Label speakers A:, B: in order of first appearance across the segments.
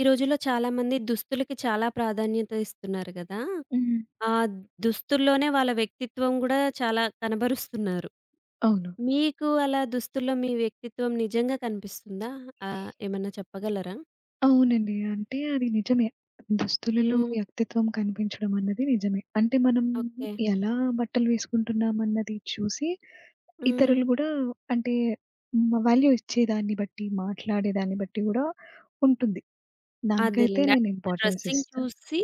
A: ఈ రోజుల్లో చాలామంది దుస్తులకి చాలా ప్రాధాన్యత ఇస్తున్నారు కదా!
B: హ్మ్.
A: ఆ దుస్తుల్లోనే వాళ్ళ వ్యక్తిత్వం గూడా చాలా కనబరుస్తున్నారు.
B: అవును.
A: మీకు అలా దుస్తుల్లో మీ వ్యక్తిత్వం నిజంగా కనిపిస్తుందా? ఏమన్నా చెప్పగలరా?
B: అవునండి. అంటే అది నిజమే. దుస్తులలో
A: హ్మ్.
B: వ్యక్తిత్వం కనిపించడం అన్నది నిజమే. అంటే మనం
A: ఓకే.
B: ఎలా బట్టలు వేసుకుంటున్నాం అన్నది చూసి
A: హ్మ్.
B: ఇతరులు గూడా అంటే వాల్యూ ఇచ్చేదాన్ని బట్టి, మాట్లాడేదాన్ని బట్టి గూడా ఉంటుంది. దానికైతే
A: అదేలెండి.
B: నేను
A: అంటే
B: ఇంపార్టెన్స్
A: డ్రెస్సింగ్
B: ఇస్తా.
A: చూసి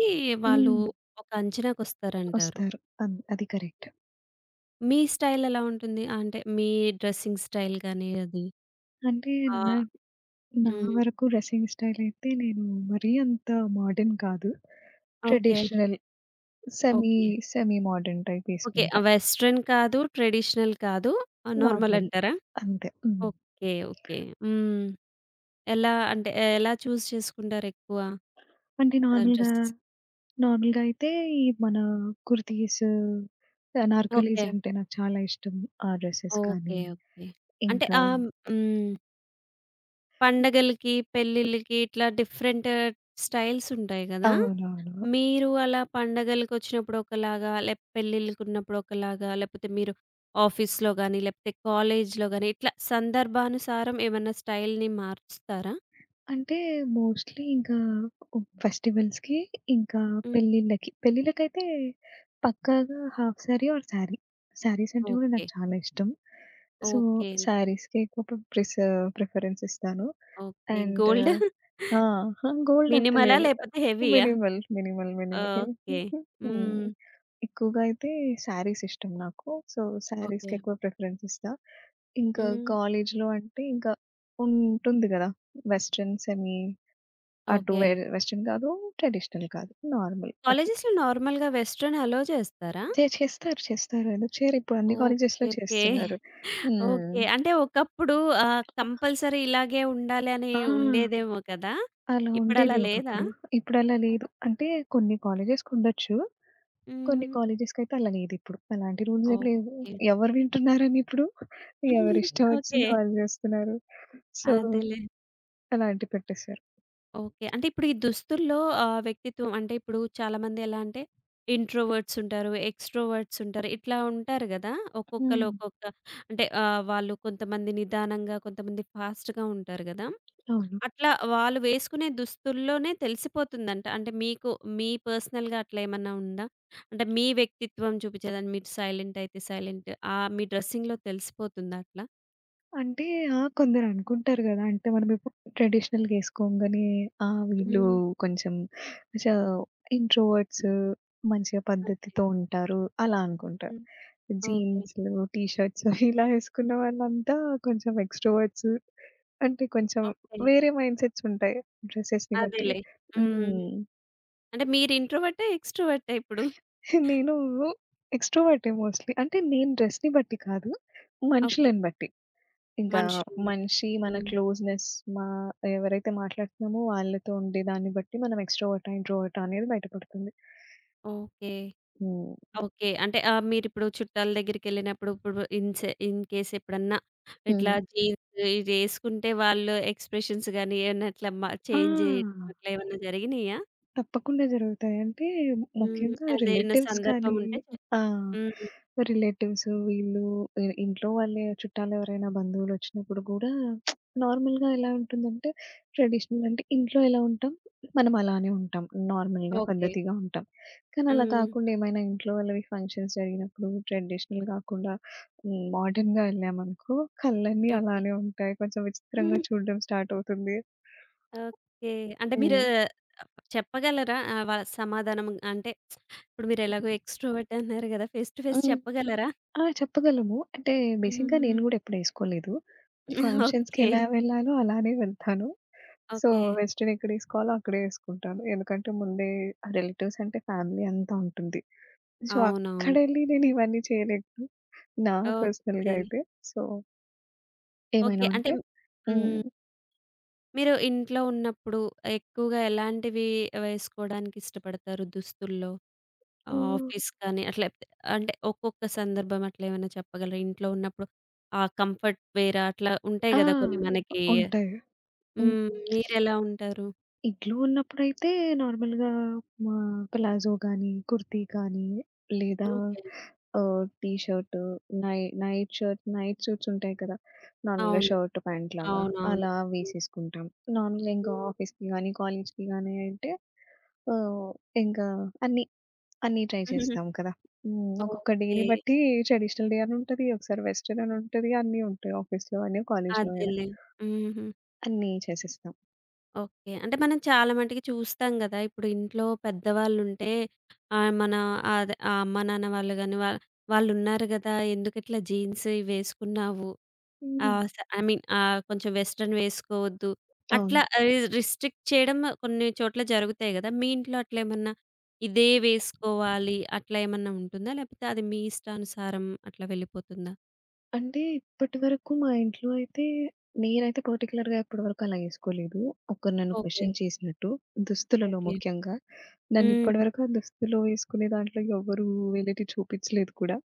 A: వాళ్ళు
B: హ్మ్.
A: ఒక అంచనాకొస్తారంటారు.
B: వస్తారు. అది కరెక్ట్.
A: మీ స్టైల్ ఎలా ఉంటుంది? అంటే మీ డ్రెస్సింగ్ స్టైల్ గాని అది?
B: అంటే నా
A: ఆ!
B: నా
A: హ్మ్.
B: వరకు డ్రెసింగ్ స్టైల్ అయితే నేను మరీ అంత మోడర్న్ కాదు.
A: Okay.
B: Traditional semi,
A: okay.
B: Semi modern type
A: okay. ఆ!
B: ఏసుకుంటా.
A: వెస్టర్న్ కాదు, ట్రెడిషనల్ కాదు. నార్మల్
B: నార్మల్
A: అంటారా?
B: అంతే. హ్మ్.
A: ఓకే. ఓకే. హ్మ్. ఎలా అంటే ఎలా చూజ్ చేసుకుంటారెక్కువ
B: అంటే నార్మల్‌గా,
A: డ్రెసెస్?
B: నార్మల్‌గా అయితే ఈ మన కుర్తీస్, అనార్కలీస్
A: ఓకే.
B: అంటే నాకు చాలా ఇష్టం. ఆ డ్రెసెస్ కానీ,
A: ఓకే. ఓకే. అంటే
B: ఇంకా
A: హ్మ్. పండగలకి, పెళ్ళిళ్ళకి ఇట్లా డిఫరెంట్ స్టైల్స్ ఉంటాయి గదా!
B: అవునవును.
A: మీరు అలా పండగలకొచ్చినప్పుడు ఒకలాగా, లేకపోతే పెళ్ళిళ్ళకున్నప్పుడు ఒకలాగా, లేకపోతే మీరు ఆఫీస్‌లో గాని, లేకపోతే కాలేజ్‌లో గాని, ఇట్లా సందర్భానుసారం ఏమన్నా స్టైల్‌ని మార్చుతారా?
B: అంటే మోస్ట్‌లీ ఇంకా ఫెస్టివల్స్‌కి, ఇంకా
A: హ్మ్.
B: పెళ్ళిళ్ళకి. పెళ్ళిళ్ళకైతే పక్కాగా హాఫ్ సారీ ఆర్ సారీ. సారీస్ అంటే కూడా
A: ఓకే.
B: నాకు చాలా ఇష్టం. So,
A: okay.
B: సారీస్‌కి ఎక్కువ ప్రిస్ ప్రిఫరెన్స్ ఇస్తాను.
A: ఓకే.
B: అండ్
A: గోల్డ్
B: ఆ! అహా! గోల్డ్ అంత
A: మినిమలా?
B: లేదు.
A: లేపోతే హెవీయా?
B: Minimal, minimal, minimal.
A: Okay.
B: Hmm.
A: Hmm.
B: ఎక్కువగా అయితే శారీస్ ఇష్టం నాకు. So,
A: okay.
B: శారీస్‌కి ఎక్కువ ప్రిఫరెన్స్ ఇస్తా. ఇంకా
A: హ్మ్.
B: కాలేజ్‌లో అంటే ఇంకా ఉంటుంది గదా! వెస్టర్న్ సెమీ అటు
A: ఓకే.
B: వె వెస్టర్న్ కాదు, ట్రెడిషనల్ కాదు. నార్మల్ అట్లా.
A: కాలేజెస్‌లో నార్మల్‌గా వెస్టర్న్ అలో చేస్తారా?
B: చేస్తారు, చేస్తారు. ఎందుకు చేయరు? ఇప్పుడు అన్ని కాలేజెస్‌లో
A: ఓకే. ఓకే.
B: చేస్తున్నారు. హ్మ్.
A: ఓకే. అంటే ఒకప్పుడు కంపల్సరీ ఇలాగే ఉండాలి అని
B: ఆ!
A: ఉండేదేమో కదా!
B: అలా ఉండేది
A: ఇప్పుడలా లేదా?
B: ఒకప్పుడు. ఇప్పుడలా లేదు. అంటే కొన్ని కాలేజెస్‌కుండొచ్చు. కొన్ని
A: హ్మ్.
B: కాలేజెస్‌కైతే అలా లేదిప్పుడు. అలాంటి రూల్స్ ఏం లేవు.
A: ఓకే.
B: ఎవరు వింటున్నారని ఇప్పుడు ఎవరిష్టం
A: ఓకే.
B: వచ్చింది వాళ్ళు చేస్తున్నారు. సో,
A: అదేలే.
B: అలాంటివి పెట్టేసారు.
A: ఓకే. అంటే ఇప్పుడు ఈ దుస్తుల్లో వ్యక్తిత్వం అంటే ఇప్పుడు చాలామంది ఎలా అంటే ఇంట్రోవర్ట్స్ ఉంటారు, ఎక్స్‌ట్రోవర్ట్స్ ఉంటారు. ఇట్లా ఉంటారు గదా! ఒక్కొక్కళ్ళు
B: హ్మ్.
A: ఒక్కొక్క అంటే వాళ్ళు కొంతమంది నిదానంగా, కొంతమంది ఫాస్ట్‌గా ఉంటారు గదా!
B: అవును.
A: అట్లా వాళ్ళు వేసుకునే దుస్తుల్లోనే తెలిసిపోతుందంట. అంటే మీకు మీ పర్సనల్‌గా అట్లా ఏమన్నా ఉందా? అంటే మీ వ్యక్తిత్వం చూపించేదాన్ని మీరు సైలెంట్ అయితే సైలెంట్ మీ డ్రెస్సింగ్‌లో తెలిసిపోతుందా అట్లా?
B: అంటే ఆ! కొందరనుకుంటారు గదా! అంటే మనమిప్పుడు ట్రెడిషనల్‌గా ఏసుకోంగానే ఆ! వీళ్ళు
A: హ్మ్.
B: కొంచెం చ ఇంట్రోవర్ట్స్ మంచిగా
A: ఓకే.
B: పద్ధతితో ఉంటారు అలా అనుకుంటారు.
A: హ్మ్. ఓకే.
B: జీన్స్‌లు, టీ షర్ట్స్ ఇలా ఏసుకున్న వాళ్ళంతా కొంచెం ఎక్స్‌ట్రోవర్ట్స్ అంటే కొంచెం
A: ఓకే.
B: వేరే మైండ్ సెట్స్ ఉంటాయి డ్రెసెస్‌ని బట్టి.
A: అదేలే. హ్మ్.
B: హ్మ్.
A: అంటే మీరు ఇంట్రోవర్టా? ఎక్స్‌ట్రోవర్టా ఇప్పుడు?
B: నేను ఎక్స్‌ట్రోవర్టే మోస్ట్‌లీ. అంటే నేను డ్రెస్‌ని బట్టి కాదు
A: ఓకే.
B: మనుషులని బట్టి. ఇంకా
A: మనుషుల్ని బట్టి.
B: మనిషి మన
A: హ్మ్.
B: క్లోజ్‌నెస్ మా ఎవరైతే మాట్లాడుతున్నామో వాళ్ళతో ఉండే దాన్ని బట్టి మనం ఎక్స్‌ట్రోవర్టా, ఇంట్రోవర్టా అనేది బయటపడుతుంది.
A: ఓకే.
B: హ్మ్.
A: ఓకే. అంటే మీరిప్పుడు చుట్టాల దగ్గరికెళ్ళినప్పుడు ఇప్పుడు ఇన్‌కేస్ ఎప్పుడన్నా ఇట్లా
B: హ్మ్.
A: జీన్స్ ఇది యేసుకుంటే వాళ్ళు ఎక్స్‌ప్రెషన్స్ గాని ఏమన్నా ఇట్లా
B: ఆ!
A: చేంజ్ జేయడం అట్లా ఏమన్నా జరిగినియా?
B: తప్పకుండా జరుగుతాయి. అంటే
A: హ్మ్.
B: ముఖ్యంగా
A: అదేమన్నా
B: రిలేటివ్స్
A: సందర్భం
B: కానీ
A: ఉంటే
B: ఆ!
A: హ్మ్.
B: రిలేటివ్స్ వీళ్ళు ఇంట్లో వాళ్ళే చుట్టాలెవరైనా బంధువులొచ్చినప్పుడు గూడా నార్మల్‌గా ఎలా ఉంటుందంటే ట్రెడిషనల్ అంటే ఇంట్లో ఎలా ఉంటాం, మనం అలానే ఉంటాం. నార్మల్‌గా
A: ఓకే.
B: పద్ధతిగా ఉంటాం. కానీ అలా
A: హ్మ్.
B: కాకుండా ఏమైనా ఇంట్లో వాళ్ళవి ఫంక్షన్స్ జరిగినప్పుడు ట్రెడిషనల్ కాకుండా హ్మ్, మోడర్న్‌గా ఎళ్ళామనుకో కళ్ళన్నీ
A: ఓకే.
B: అలానే ఉంటాయి. కొంచెం విచిత్రంగా చూడడం స్టార్ట్ అవుతుంది.
A: ఓకే. అంటే మీరు
B: హ్మ్.
A: చెప్పగలరా? ఆహ్, వ సమాధానం అంటే ఇప్పుడు మీరెలాగో ఎక్స్‌ట్రోవర్ట్ అన్నారు గదా! ఫేస్ టు ఫేస్
B: హ్మ్.
A: చెప్పగలరా?
B: ఆ! చెప్పగలము. అంటే బేసిక్‌గా
A: హ్మ్.
B: నేను గూడా ఎప్పుడేసుకోలేదు. ఫంక్షన్స్‌కి
A: ఓకే.
B: ఎలా హ్మ్. వెళ్ళాలో అలానే వెళ్తాను. So,
A: okay.
B: వెస్టర్న్ ఎక్కడేసుకోవాలో అక్కడే ఏసుకుంటాను. ఎందుకంటే ముందే రిలేటివ్స్ అంటే ఫ్యామిలీ అంతా ఉంటుంది. సో,
A: అవునవును.
B: అక్కడెళ్ళి నేను ఇవన్నీ చేయలేను. నా పర్సనల్‌గా
A: ఓకే.
B: అయితే. సో, ఏమైనా
A: ఓకే. అంటే
B: ఉంటే హ్మ్.
A: హ్మ్. మీరు ఇంట్లో ఉన్నప్పుడు ఎక్కువగా ఎలాంటివి వేసుకోవడానికి ఇష్టపడతారు దుస్తుల్లో?
B: ఆ!
A: ఆఫీస్ కానీ అట్లా అంటే ఒక్కొక్క సందర్భం అట్లా ఏమైనా చెప్పగలరా? ఇంట్లో ఉన్నప్పుడు ఆ కంఫర్ట్ వేర్ అట్లా ఉంటాయి
B: ఆ!
A: గదా! కొన్ని మనకి.
B: ఉంటాయి. హ్మ్.
A: హ్మ్. మీరెలా ఉంటారు?
B: ఇంట్లో ఉన్నప్పుడైతే నార్మల్‌గా మా ప్లాజో గానీ, కుర్తీ కానీ లేదా
A: ఓకే.
B: ఆహ్, టీ షర్ట్, నై నైట్ షర్ట్, నైట్ సూట్స్ ఉంటాయి కదా! నార్మల్‌గా
A: అవును.
B: షర్ట్, ప్యాంట్ లాగా
A: అవునవును.
B: అలా వేసేసుకుంటాం. నార్మల్‌గా ఇంకా ఆఫీస్‌కి గానీ, కాలేజ్‌కి గానీ అంటే ఆహ్, ఇంకా అన్నీ, అన్నీ ట్రై చేస్తాం కదా! హ్మ్. ఒక్కొక్క
A: ఓకే.
B: డేని బట్టి ట్రెడిషనల్ డే అని ఉంటది. ఒకసారి వెస్టర్న్ అని ఉంటది. అన్నీ ఉంటాయి ఆఫీస్‌లో అయినా, కాలేజ్‌లో అయినా
A: అదేలే. హుహు.
B: అన్నీ చేసేస్తాం.
A: ఓకే. అంటే మనం చాలా మటికి చూస్తాం గదా! ఇప్పుడు ఇంట్లో పెద్దవాళ్ళుంటే మన ఆ అదే ఆ అమ్మ, నాన్న వాళ్ళు గాని వాళ్ళున్నారు గదా! ఎందుకిట్లా జీన్స్ వేసుకున్నావు?
B: హ్మ్.
A: ఆహ్, స ఐ మీన్ కొంచెం వెస్టర్న్ వేసుకోవద్దు.
B: అవును.
A: అట్లా రిస్ట్రిక్ట్ చేయడం కొన్ని చోట్ల జరుగుతాయి గదా! మీ ఇంట్లో అట్లేమన్నా ఇదే వేసుకోవాలి అట్లా ఏమన్నా ఉంటుందా? లేపోతే అది మీ ఇష్టానుసారం అట్లా వెళ్ళిపోతుందా?
B: అంటే ఇప్పటివరకు మా ఇంట్లో అయితే నేనైతే పర్టిక్యులర్‌గా ఇప్పటివరకు అలా ఏసుకోలేదు. ఒకరు నన్ను
A: ఓకే.
B: క్వెషన్ చేసినట్టు దుస్తులలో
A: ఓకే.
B: ముఖ్యంగా. నన్ను
A: హ్మ్.
B: ఇప్పటివరకు ఆ దుస్తులో వేసుకునే దాంట్లో ఎవ్వరు వేలెత్తి చూపించలేదు కూడా.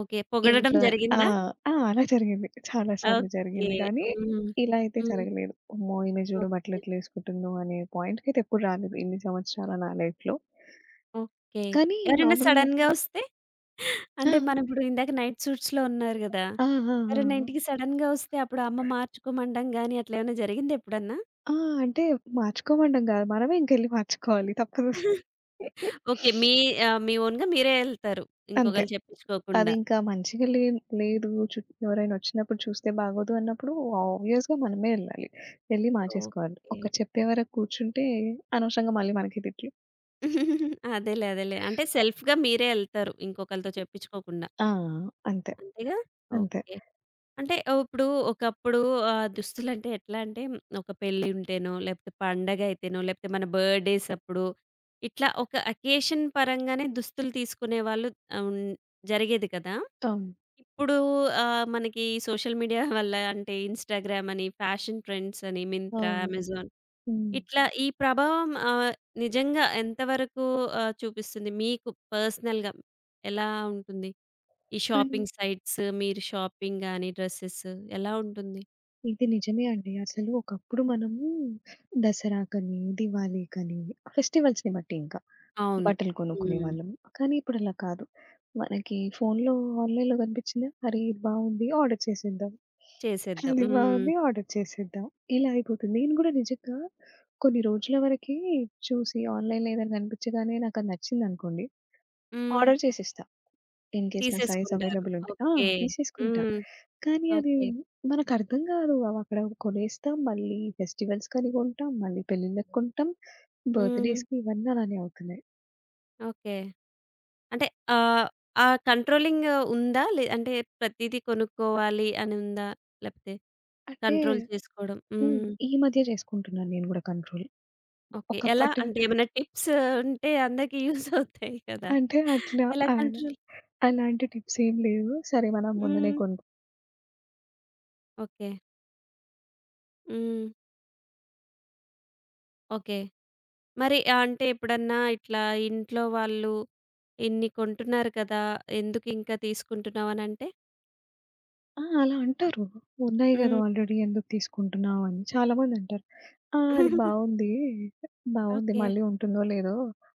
A: ఓకే. పొగడడం
B: ఇంట్లో ఆ!
A: జరిగిందా?
B: ఆ! అలా జరిగింది. చాలా సార్లు
A: ఓకే.
B: జరిగింది కానీ,
A: హ్మ్.
B: ఇలా అయితే
A: హ్మ్.
B: జరగలేదు. అమ్మో! ఈమె చూడు బట్టలు
A: ఓకే.
B: ఎట్లా ఏసుకుంటుందో అనే పాయింట్‌కైతే ఎప్పుడు రాలేదు ఇన్ని సంవత్సరాల నా లైఫ్‌లో.
A: ఓకే.
B: కానీ
A: ఎవరైనా
B: నార్మల్‌గా
A: సడెన్‌గా వస్తే?
B: ఆ!
A: అంటే మనమిప్పుడు ఇందాక నైట్ సూట్స్‌లో ఉన్నారు గదా!
B: ఆ! ఆ!
A: ఎవరైనా
B: ఆ!
A: ఇంటికి సడెన్‌గా వస్తే అప్పుడు అమ్మ మార్చుకోమనడం గాని అట్లా ఏమైనా జరిగిందా ఎప్పుడన్నా?
B: ఆ! అంటే మార్చుకోమనడం గాదు. మనమే ఇంకెళ్లి మార్చుకోవాలి తప్పదు.
A: ఓకే. మీ మీ ఓన్‌గా మీరే ఎళ్తారు.
B: అంతే.
A: ఇంకొకళ్ళు చెప్పించుకోకుండా.
B: అదింకా మంచిగా లే లేదు. ఎవరైనా వచ్చినప్పుడు చూస్తే బాగోదు అన్నప్పుడు ఆబ్వియస్‌గా మనమే ఎళ్ళాలి. ఎళ్లి మార్చేసుకోవాలి.
A: ఓకే.
B: ఒకరు చెప్పే వరకు కూర్చుంటే అనవసరంగా మళ్ళీ మనకే తిట్లు.
A: అదేలే. అదేలే. అంటే సెల్ఫ్‌గా మీరే ఎళ్తారు ఇంకొకళ్ళతో చెప్పించుకోకుండా.
B: ఆ! అంతే.
A: అంతేగా?
B: అంతే.
A: ఓకే. అంటే ఇప్పుడు ఒకప్పుడు దుస్తులంటే ఎట్లా అంటే ఒక పెళ్లి ఉంటేనో, లేకపోతే పండగ అయితేనో, లేకపోతే మన బర్త్‌డేస్ అప్పుడు ఇట్లా ఒక అకేషన్ పరంగానే దుస్తులు తీసుకునేవాళ్ళు హ్మ్. జరిగేది కదా!
B: అవును.
A: ఇప్పుడు మనకి సోషల్ మీడియా వల్ల అంటే ఇన్‌స్టాగ్రామ్ అని, ఫ్యాషన్ ట్రెండ్స్ అని, మింత్రా,
B: అవును.
A: అమెజాన్
B: హ్మ్.
A: ఇట్లా ఈ ప్రభావం నిజంగా ఎంతవరకు చూపిస్తుంది మీకు పర్సనల్‌గా ఎలా ఉంటుంది? ఈ
B: అండ్
A: షాపింగ్ సైట్స్, మీరు షాపింగ్ గాని, డ్రెసెస్ ఎలా ఉంటుంది?
B: ఇది నిజమే అండి. అసలు ఒకప్పుడు మనము దసరాకని, దివాళీకని ఫెస్టివల్స్‌ని బట్టి ఇంకా
A: అవును.
B: బట్టలు
A: హ్మ్.
B: కొనుక్కునేవాళ్ళము. కానీ ఇప్పుడలా కాదు. మనకి ఫోన్‌లో, ఆన్‌లైన్‌లో కనిపించిందా? అరే! ఇది బావుంది ఆర్డర్ చేసేద్దాం.
A: చేసేద్దాం.
B: అది
A: హ్మ్.
B: బావుంది ఆర్డర్ చేసేద్దాం. ఇలా అయిపోతుంది. నేను కూడా నిజంగా కొన్ని రోజుల వరకి చూసి ఆన్‌లైన్‌లో ఏదైనా కనిపించగానే నాకది నచ్చిందనుకోండి,
A: హ్మ్.
B: ఆర్డర్ చేసేస్తా. ఇన్ కేస్ నా సైజ్
A: తీసేసుకుంటారు.
B: అవైలబుల్ ఉంటే. ఆ!
A: ఓకే.
B: తీసేసుకుంటా.
A: హ్మ్.
B: కానీ అది
A: ఓకే.
B: మనకర్థం గాదు. అవక్కడ కొనేస్తాం. మళ్ళీ ఫెస్టివల్స్‌కని కొంటాం. మళ్ళీ పెళ్ళిళ్ళకి కొంటాం.
A: హ్మ్.
B: బర్త్‌డేస్‌కి ఇవన్నీ అలానే అవుతున్నాయి.
A: ఓకే. అంటే ఆహ్, ఆ కంట్రోలింగ్ ఉందా? అంటే ప్రతీదీ కొనుక్కోవాలి అని ఉందా? లేపోతే
B: అంటే
A: కంట్రోల్ చేసుకోవడం
B: హ్మ్.
A: హ్మ్.
B: ఈ మధ్య చేసుకుంటున్నాను నేను గూడా కంట్రోల్.
A: ఓకే. ఎలా
B: ఒకప్పటి
A: అంటే ఏమైనా టిప్స్ ఉంటే అందరికీ యూజ్ అవుతాయి కదా!
B: అంటే అట్లా
A: ఎలా
B: అలా
A: కంట్రోల్
B: అలాంటి టిప్స్ ఏం లేవు. సరే మనం మొన్ననే
A: హ్మ్. ఓకే. హ్మ్. ఓకే. మరి అంటే ఎప్పుడన్నా ఇట్లా ఇంట్లో వాళ్ళు "ఇన్ని కొంటున్నారు కదా! ఎందుకు ఇంకా తీసుకుంటున్నావు" అనంటే?
B: ఆ! అలా అంటారు. ఉన్నాయి గదా!
A: హ్మ్.
B: ఆల్రెడీ ఎందుకు తీసుకుంటున్నావు అని చాలామంది అంటారు. ఆ! అది బావుంది. బావుంది.
A: ఓకే.
B: మళ్ళీ ఉంటుందో లేదో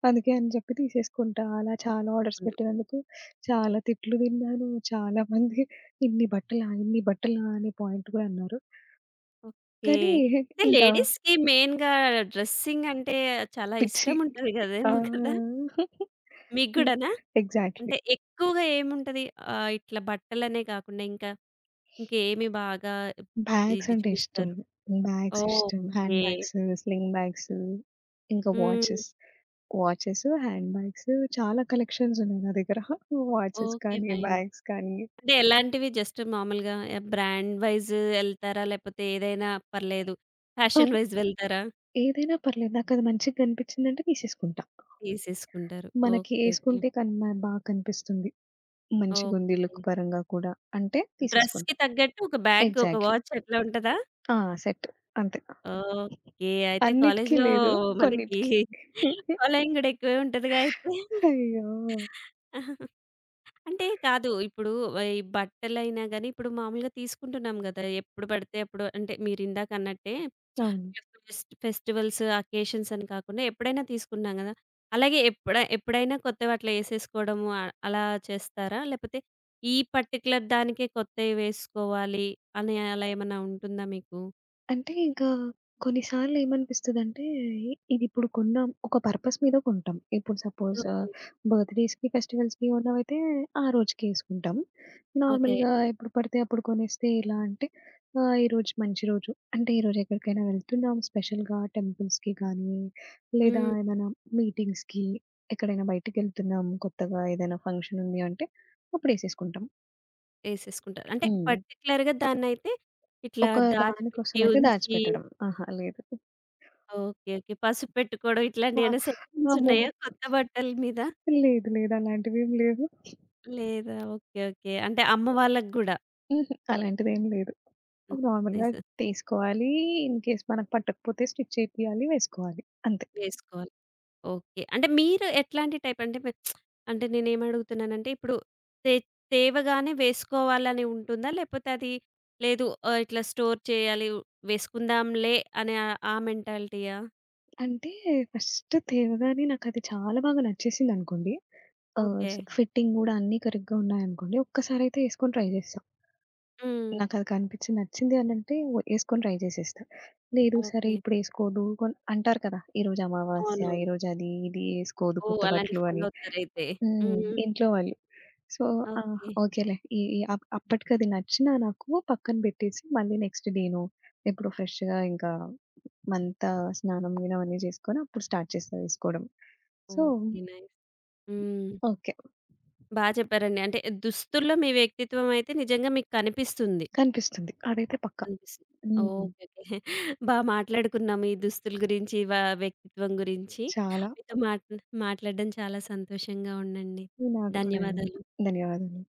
B: అందుకే అని చెప్పి తీసేసుకుంటా. అలా చాలా ఆర్డర్స్
A: తీసుకుండు.
B: పెట్టినందుకు చాలా తిట్లు తిన్నాను. చాలామంది ఇన్ని బట్టలా? ఇన్ని బట్టలా? అనే పాయింట్ గూడా అన్నారు.
A: ఓకే.
B: కానీ
A: అంటే
B: ఇంకా
A: లేడీస్‌కి మెయిన్‌గా డ్రెస్సింగ్ అంటే చాలా
B: పిచ్చి.
A: ఇష్టం ఉంటది గదేమో కదా!
B: ఆహ్,
A: మీకు
B: ఈ
A: గూడానా?
B: ఎగ్జాక్ట్‌లీ.
A: అంటే ఎక్కువగా ఏముంటది? ఇట్లా బట్టలనే కాకుండా ఇంకా ఇంకేమి బాగా
B: బ్యాగ్స్
A: ఇది
B: అంటే ఇష్టం.
A: చూపిస్తారు?
B: బ్యాగ్స్ ఇష్టం.
A: Okay.
B: Hand bags, sling bags ఇంకా
A: hmm.
B: Watches. Watches, hand bags చాలా కలెక్షన్స్ ఉన్నాయి నా దగ్గర. Watches
A: okay.
B: కానీ,
A: ఫైన్.
B: బ్యాగ్స్ కానీ
A: అంటే ఎలాంటివి? జస్ట్ మామూలుగా బ్రాండ్ వైస్ ఎళ్తారా? లేపోతే ఏదైనా పర్లేదు. ఫ్యాషన్
B: పర్లే
A: వైస్ వెళ్తారా?
B: ఏదైనా పర్లేదు. నాకది మంచిగా కనిపించిందంటే తీసేసుకుంటా.
A: తీసేసుకుంటారు.
B: మనకి
A: ఓకే. ఓకే.
B: ఏసుకుంటే కన్ మ బాగా కనిపిస్తుంది. మంచిగుంది
A: ఓకే.
B: లుక్ పరంగా కూడా అంటే తీసేసుకుంటా.
A: డ్రెస్‌కి తగ్గట్టు ఒక బ్యాగ్, ఒక
B: ఎగ్జాక్ట్‌లీ.
A: వాచ్ అట్లా ఉంటదా?
B: ఆ! సెట్ అంతే.
A: ఓకే. అయితే
B: అన్నిటికి
A: కాలేజీలో
B: లేదు
A: మనకి
B: కొన్నిటికి.
A: ఫాలోయింగ్ గూడా ఎక్కువే ఉంటదిగా అయితే.
B: అయ్యో!
A: అంటే కాదు. ఇప్పుడు ఈ బట్టలైనా గాని, ఇప్పుడు మామూలుగా తీసుకుంటున్నాం గదా! ఎప్పుడు పడితే అప్పుడు అంటే మీరిందాక అన్నట్టే
B: అవును.
A: ఫెస్టివల్స్, అకేషన్స్ అని కాకుండా ఎప్పుడైనా తీసుకున్నాం గదా! అలాగే ఎప్పుడైనా కొత్తవి అట్లా యేసేసుకోవడము అలా చేస్తారా? లేపోతే ఈ పర్టిక్యులర్ దానికే కొత్తయి వేసుకోవాలి అని అలా ఏమన్నా ఉంటుందా మీకు?
B: అంటే ఇంకా కొన్నిసార్లు ఏమనిపిస్తదంటే, ఇదిప్పుడు కొన్నాం ఒక పర్పస్ మీద కొంటాం. ఇప్పుడు సపోజ్
A: ఓకే.
B: బర్త్‌డేస్‌కి, ఫెస్టివల్స్‌కి ఉన్నవైతే ఆ రోజుకే ఏసుకుంటాం.
A: ఓకే.
B: నార్మల్‌గా ఎప్పుడు పడితే అప్పుడు కొనేస్తే ఎలా అంటే, ఆహ్, ఈరోజు మంచి రోజు. అంటే ఈరోజు ఎక్కడికైనా వెళ్తున్నాం స్పెషల్‌గా టెంపుల్స్‌కి కానీ, లేదా
A: హ్మ్.
B: ఏమైనా మీటింగ్స్‌కి, ఎక్కడైనా బయటికెళ్తున్నాం కొత్తగా ఏదైనా ఫంక్షన్ ఉంది అంటే అప్పుడేసేసుకుంటాం.
A: యేసేసుకుంటారు. అంటే
B: హ్మ్.
A: పర్టిక్యులర్‌గా దాన్నైతే ఇట్లా
B: ఒక
A: దాచిపెట్టి
B: దానికోసమయితే
A: ఉంచి
B: దాచిపెట్టడం. ఆహా! లేదు.
A: ఓకే. ఓకే. పసుపు పెట్టుకోవడం
B: ఆ!
A: ఇట్లాంటియేమైనా
B: ఆ
A: సెట్టింగ్స్
B: మొహం
A: ఉన్నాయా కొత్త బట్టల మీద?
B: లేదు. లేదు. అలాంటివేం లేవు.
A: లేదా? ఓకే. ఓకే. అంటే అమ్మ వాళ్ళకి గూడా.
B: హుహు. అలాంటిదేం లేదు.
A: హ్మ్.
B: నార్మల్‌గా
A: నైస్.
B: తీసుకోవాలి. ఇన్ కేస్ మనకు పట్టకపోతే స్టిచ్ చేపియాలి, వేసుకోవాలి. అంతే.
A: వేసుకోవాలి. ఓకే. అంటే మీరు ఎట్లాంటి టైప్ అంటే మీరు అంటే నేనేమడుగుతున్నానంటే ఇప్పుడు తే తేవగానే వేసుకోవాలని ఉంటుందా? లేపోతే అది లేదు ఇట్లా స్టోర్ చేయాలి వేసుకుందాంలే అనే ఆ మెంటాలిటీయా?
B: అంటే ఫస్ట్ తేవగానే నాకది చాలా బాగా నచ్చేసిందనుకోండి. ఆహ్,
A: ఓకే.
B: ఫిట్టింగ్ గూడా అన్నీ కరెక్ట్‌గా ఉన్నాయనుకోండి. ఒక్కసారయితే యేసుకొని ట్రై చేస్తా.
A: హ్మ్.
B: నాకది కనిపించి నచ్చింది అనంటే యేసుకొని ట్రై చేసేస్తా. లేదు సరే
A: ఓకే.
B: ఇప్పుడేసుకోదు అంటారు కదా! ఈరోజు అమావాస్య,
A: అవునవును.
B: ఈరోజు అది ఇది యేసుకోదు
A: ఓహ్!
B: కొత్త
A: అలాంటివి
B: బట్టలు
A: ఫాలో
B: అని.
A: అవుతారైతే.
B: హ్మ్.
A: హ్మ్.
B: ఇంట్లో వాళ్ళు. సో, ఆ!
A: ఓకే.
B: ఓకేలే. ఈ ఈ అప్పటికది నచ్చినా నాకు పక్కన బెట్టేసి, మళ్ళీ నెక్స్ట్ నేను ఎప్పుడో ఫ్రెష్‌గా ఇంకా మంతా స్నానం గినం అన్నీ జేసుకొని, అప్పుడు స్టార్ట్ చేస్తా వేసుకోవడం. So,
A: okay. Nice. Hmm.
B: Okay.
A: బా చెప్పారండి. అంటే దుస్తుల్లో మీ వ్యక్తిత్వం అయితే నిజంగా మీకు కనిపిస్తుంది.
B: కనిపిస్తుంది. అదైతే పక్కా.
A: అనిపిస్తుంది.
B: హ్మ్.
A: ఓకే. ఓకే. బా మాట్లాడుకున్నాము ఈ దుస్తుల గురించి, వ్యక్తిత్వం గురించి.
B: చాలా
A: మీతో మాట్లాడడం చాలా సంతోషంగా ఉందండి.
B: నాకు కూడా అండి.
A: ధన్యవాదాలు.
B: ధన్యవాదాలు.